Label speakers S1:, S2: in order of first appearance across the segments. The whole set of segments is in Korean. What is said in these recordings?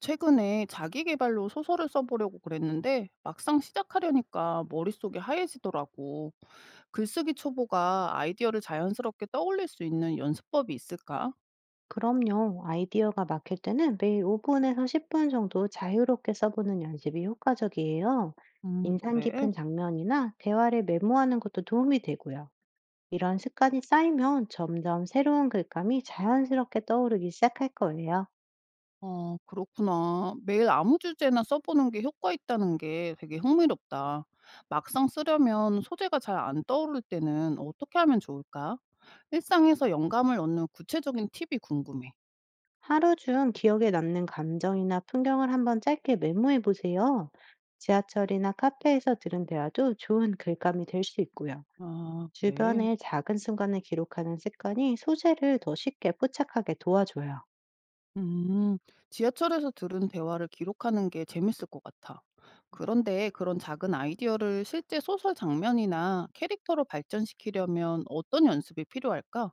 S1: 최근에 자기 계발로 소설을 써보려고 그랬는데 막상 시작하려니까 머릿속이 하얘지더라고. 글쓰기 초보가 아이디어를 자연스럽게 떠올릴 수 있는 연습법이 있을까?
S2: 그럼요. 아이디어가 막힐 때는 매일 5분에서 10분 정도 자유롭게 써보는 연습이 효과적이에요. 인상
S1: 그래?
S2: 깊은 장면이나 대화를 메모하는 것도 도움이 되고요. 이런 습관이 쌓이면 점점 새로운 글감이 자연스럽게 떠오르기 시작할 거예요.
S1: 어, 그렇구나. 매일 아무 주제나 써보는 게 효과 있다는 게 되게 흥미롭다. 막상 쓰려면 소재가 잘 안 떠오를 때는 어떻게 하면 좋을까? 일상에서 영감을 얻는 구체적인 팁이 궁금해.
S2: 하루 중 기억에 남는 감정이나 풍경을 한번 짧게 메모해 보세요. 지하철이나 카페에서 들은 대화도 좋은 글감이 될 수 있고요.
S1: 아, 그래.
S2: 주변의 작은 순간을 기록하는 습관이 소재를 더 쉽게 포착하게 도와줘요.
S1: 음, 지하철에서 들은 대화를 기록하는 게 재밌을 것 같아. 그런데 그런 작은 아이디어를 실제 소설 장면이나 캐릭터로 발전시키려면 어떤 연습이 필요할까?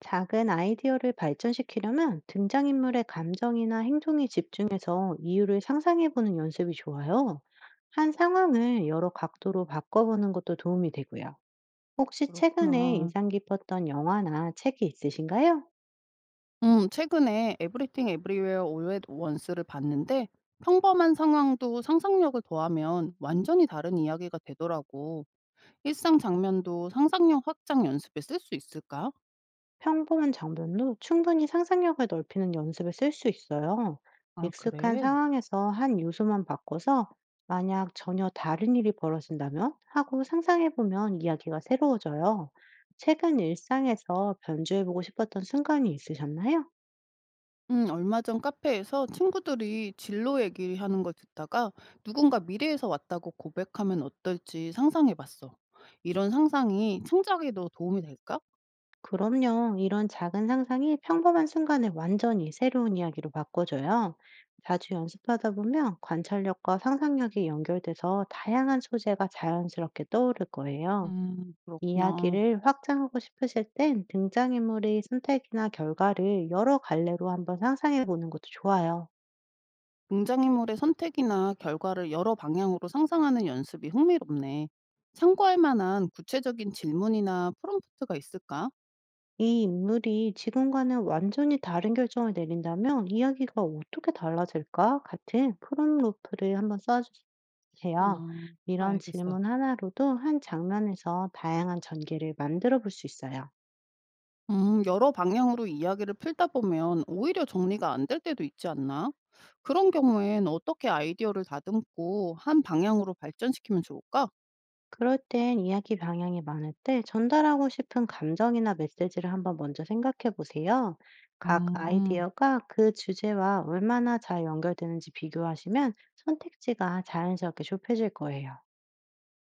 S2: 작은 아이디어를 발전시키려면 등장인물의 감정이나 행동에 집중해서 이유를 상상해보는 연습이 좋아요. 한 상황을 여러 각도로 바꿔보는 것도 도움이 되고요. 혹시 최근에
S1: 그렇구나.
S2: 인상 깊었던 영화나 책이 있으신가요?
S1: 최근에 에브리띵 에브리웨어 올 at once를 봤는데 평범한 상황도 상상력을 더하면 완전히 다른 이야기가 되더라고. 일상 장면도 상상력 확장 연습에 쓸 수 있을까?
S2: 평범한 장면도 충분히 상상력을 넓히는 연습에 쓸 수 있어요.
S1: 아,
S2: 익숙한
S1: 그래.
S2: 상황에서 한 요소만 바꿔서 만약 전혀 다른 일이 벌어진다면 하고 상상해보면 이야기가 새로워져요. 최근 일상에서 변주해보고 싶었던 순간이 있으셨나요?
S1: 얼마 전 카페에서 친구들이 진로 얘기하는 걸 듣다가 누군가 미래에서 왔다고 고백하면 어떨지 상상해 봤어. 이런 상상이 창작에도 도움이 될까?
S2: 그럼요. 이런 작은 상상이 평범한 순간을 완전히 새로운 이야기로 바꿔줘요. 자주 연습하다 보면 관찰력과 상상력이 연결돼서 다양한 소재가 자연스럽게 떠오를 거예요.
S1: 그렇구나.
S2: 이야기를 확장하고 싶으실 땐 등장인물의 선택이나 결과를 여러 갈래로 한번 상상해 보는 것도 좋아요.
S1: 등장인물의 선택이나 결과를 여러 방향으로 상상하는 연습이 흥미롭네. 참고할 만한 구체적인 질문이나 프롬프트가 있을까?
S2: 이 인물이 지금과는 완전히 다른 결정을 내린다면 이야기가 어떻게 달라질까? 같은 프롬로프를 한번 써주세요.
S1: 어,
S2: 이런
S1: 알겠어.
S2: 질문 하나로도 한 장면에서 다양한 전개를 만들어 볼 수 있어요.
S1: 여러 방향으로 이야기를 풀다 보면 오히려 정리가 안 될 때도 있지 않나? 그런 경우엔 어떻게 아이디어를 다듬고 한 방향으로 발전시키면 좋을까?
S2: 그럴 땐 이야기 방향이 많을 때 전달하고 싶은 감정이나 메시지를 한번 먼저 생각해 보세요. 각
S1: 음,
S2: 아이디어가 그 주제와 얼마나 잘 연결되는지 비교하시면 선택지가 자연스럽게 좁혀질 거예요.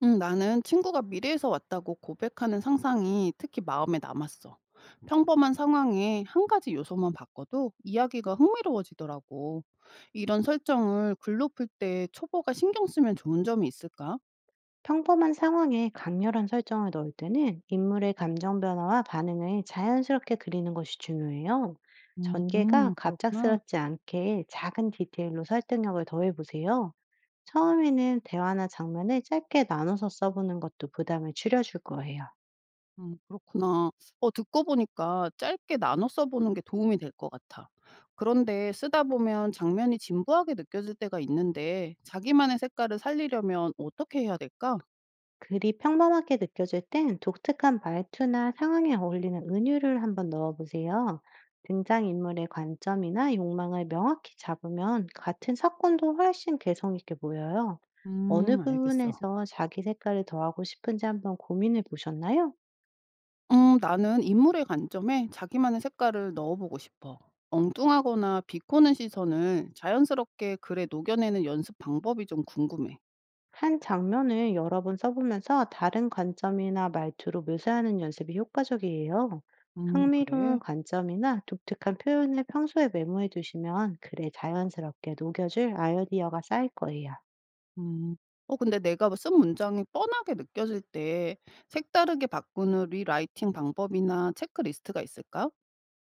S1: 음, 나는 친구가 미래에서 왔다고 고백하는 상상이 특히 마음에 남았어. 평범한 상황에 한 가지 요소만 바꿔도 이야기가 흥미로워지더라고. 이런 설정을 글로 풀 때 초보가 신경 쓰면 좋은 점이 있을까?
S2: 평범한 상황에 강렬한 설정을 넣을 때는 인물의 감정 변화와 반응을 자연스럽게 그리는 것이 중요해요. 전개가
S1: 그렇구나.
S2: 갑작스럽지 않게 작은 디테일로 설득력을 더해 보세요. 처음에는 대화나 장면을 짧게 나눠서 써보는 것도 부담을 줄여줄 거예요.
S1: 그렇구나. 어 듣고 보니까 짧게 나눠 써 보는 게 도움이 될 것 같아. 그런데 쓰다 보면 장면이 진부하게 느껴질 때가 있는데 자기만의 색깔을 살리려면 어떻게 해야 될까?
S2: 글이 평범하게 느껴질 땐 독특한 말투나 상황에 어울리는 은유를 한번 넣어보세요. 등장인물의 관점이나 욕망을 명확히 잡으면 같은 사건도 훨씬 개성 있게 보여요. 어느
S1: 알겠어.
S2: 부분에서 자기 색깔을 더하고 싶은지 한번 고민해 보셨나요?
S1: 나는 인물의 관점에 자기만의 색깔을 넣어보고 싶어. 엉뚱하거나 비꼬는 시선을 자연스럽게 글에 녹여내는 연습 방법이 좀 궁금해.
S2: 한 장면을 여러 번 써보면서 다른 관점이나 말투로 묘사하는 연습이 효과적이에요.
S1: 그래.
S2: 흥미로운 관점이나 독특한 표현을 평소에 메모해 두시면 글에 자연스럽게 녹여줄 아이디어가 쌓일 거예요.
S1: 음. 어 근데 내가 뭐 쓴 문장이 뻔하게 느껴질 때 색다르게 바꾸는 리라이팅 방법이나 체크리스트가 있을까?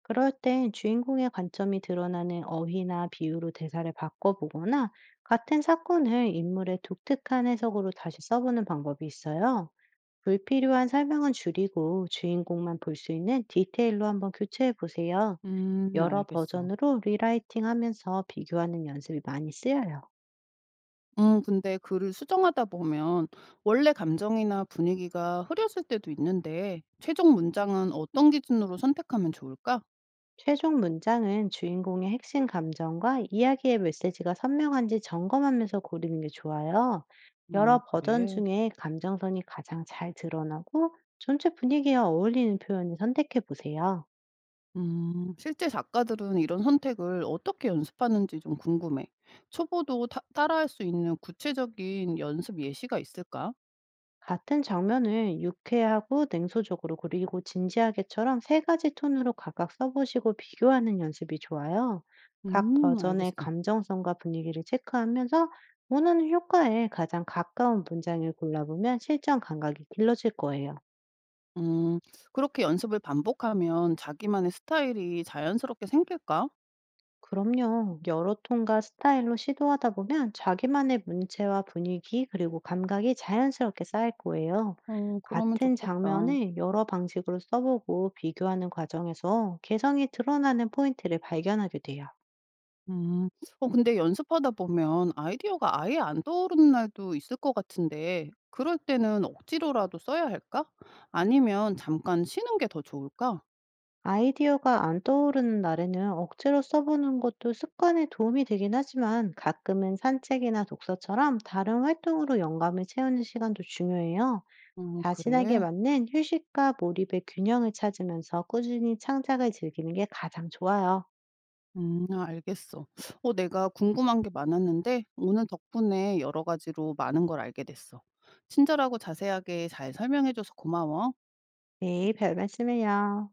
S2: 그럴 땐 주인공의 관점이 드러나는 어휘나 비유로 대사를 바꿔보거나 같은 사건을 인물의 독특한 해석으로 다시 써보는 방법이 있어요. 불필요한 설명은 줄이고 주인공만 볼 수 있는 디테일로 한번 교체해 보세요. 여러
S1: 알겠어.
S2: 버전으로 리라이팅하면서 비교하는 연습이 많이 쓰여요.
S1: 근데 글을 수정하다 보면 원래 감정이나 분위기가 흐려질 때도 있는데 최종 문장은 어떤 기준으로 선택하면 좋을까?
S2: 최종 문장은 주인공의 핵심 감정과 이야기의 메시지가 선명한지 점검하면서 고르는 게 좋아요.
S1: 아,
S2: 여러 버전
S1: 그래.
S2: 중에 감정선이 가장 잘 드러나고 전체 분위기와 어울리는 표현을 선택해 보세요.
S1: 실제 작가들은 이런 선택을 어떻게 연습하는지 좀 궁금해. 초보도 따라할 수 있는 구체적인 연습 예시가 있을까?
S2: 같은 장면을 유쾌하고 냉소적으로 그리고 진지하게처럼 세 가지 톤으로 각각 써보시고 비교하는 연습이 좋아요. 각 버전의
S1: 알겠어.
S2: 감정성과 분위기를 체크하면서 원하는 효과에 가장 가까운 문장을 골라보면 실전 감각이 길러질 거예요.
S1: 음. 그렇게 연습을 반복하면 자기만의 스타일이 자연스럽게 생길까?
S2: 그럼요. 여러 톤과 스타일로 시도하다 보면 자기만의 문체와 분위기, 그리고 감각이 자연스럽게 쌓일 거예요.
S1: 어 그러면
S2: 같은
S1: 좋겠다.
S2: 장면을 여러 방식으로 써보고 비교하는 과정에서 개성이 드러나는 포인트를 발견하게 돼요.
S1: 음. 어 근데 연습하다 보면 아이디어가 아예 안 떠오르는 날도 있을 것 같은데 그럴 때는 억지로라도 써야 할까? 아니면 잠깐 쉬는 게 더 좋을까?
S2: 아이디어가 안 떠오르는 날에는 억지로 써보는 것도 습관에 도움이 되긴 하지만 가끔은 산책이나 독서처럼 다른 활동으로 영감을 채우는 시간도 중요해요. 자신에게
S1: 그래?
S2: 맞는 휴식과 몰입의 균형을 찾으면서 꾸준히 창작을 즐기는 게 가장 좋아요.
S1: 아, 알겠어. 어 내가 궁금한 게 많았는데 오늘 덕분에 여러 가지로 많은 걸 알게 됐어. 친절하고 자세하게 잘 설명해 줘서 고마워.
S2: 네, 별 말씀을요.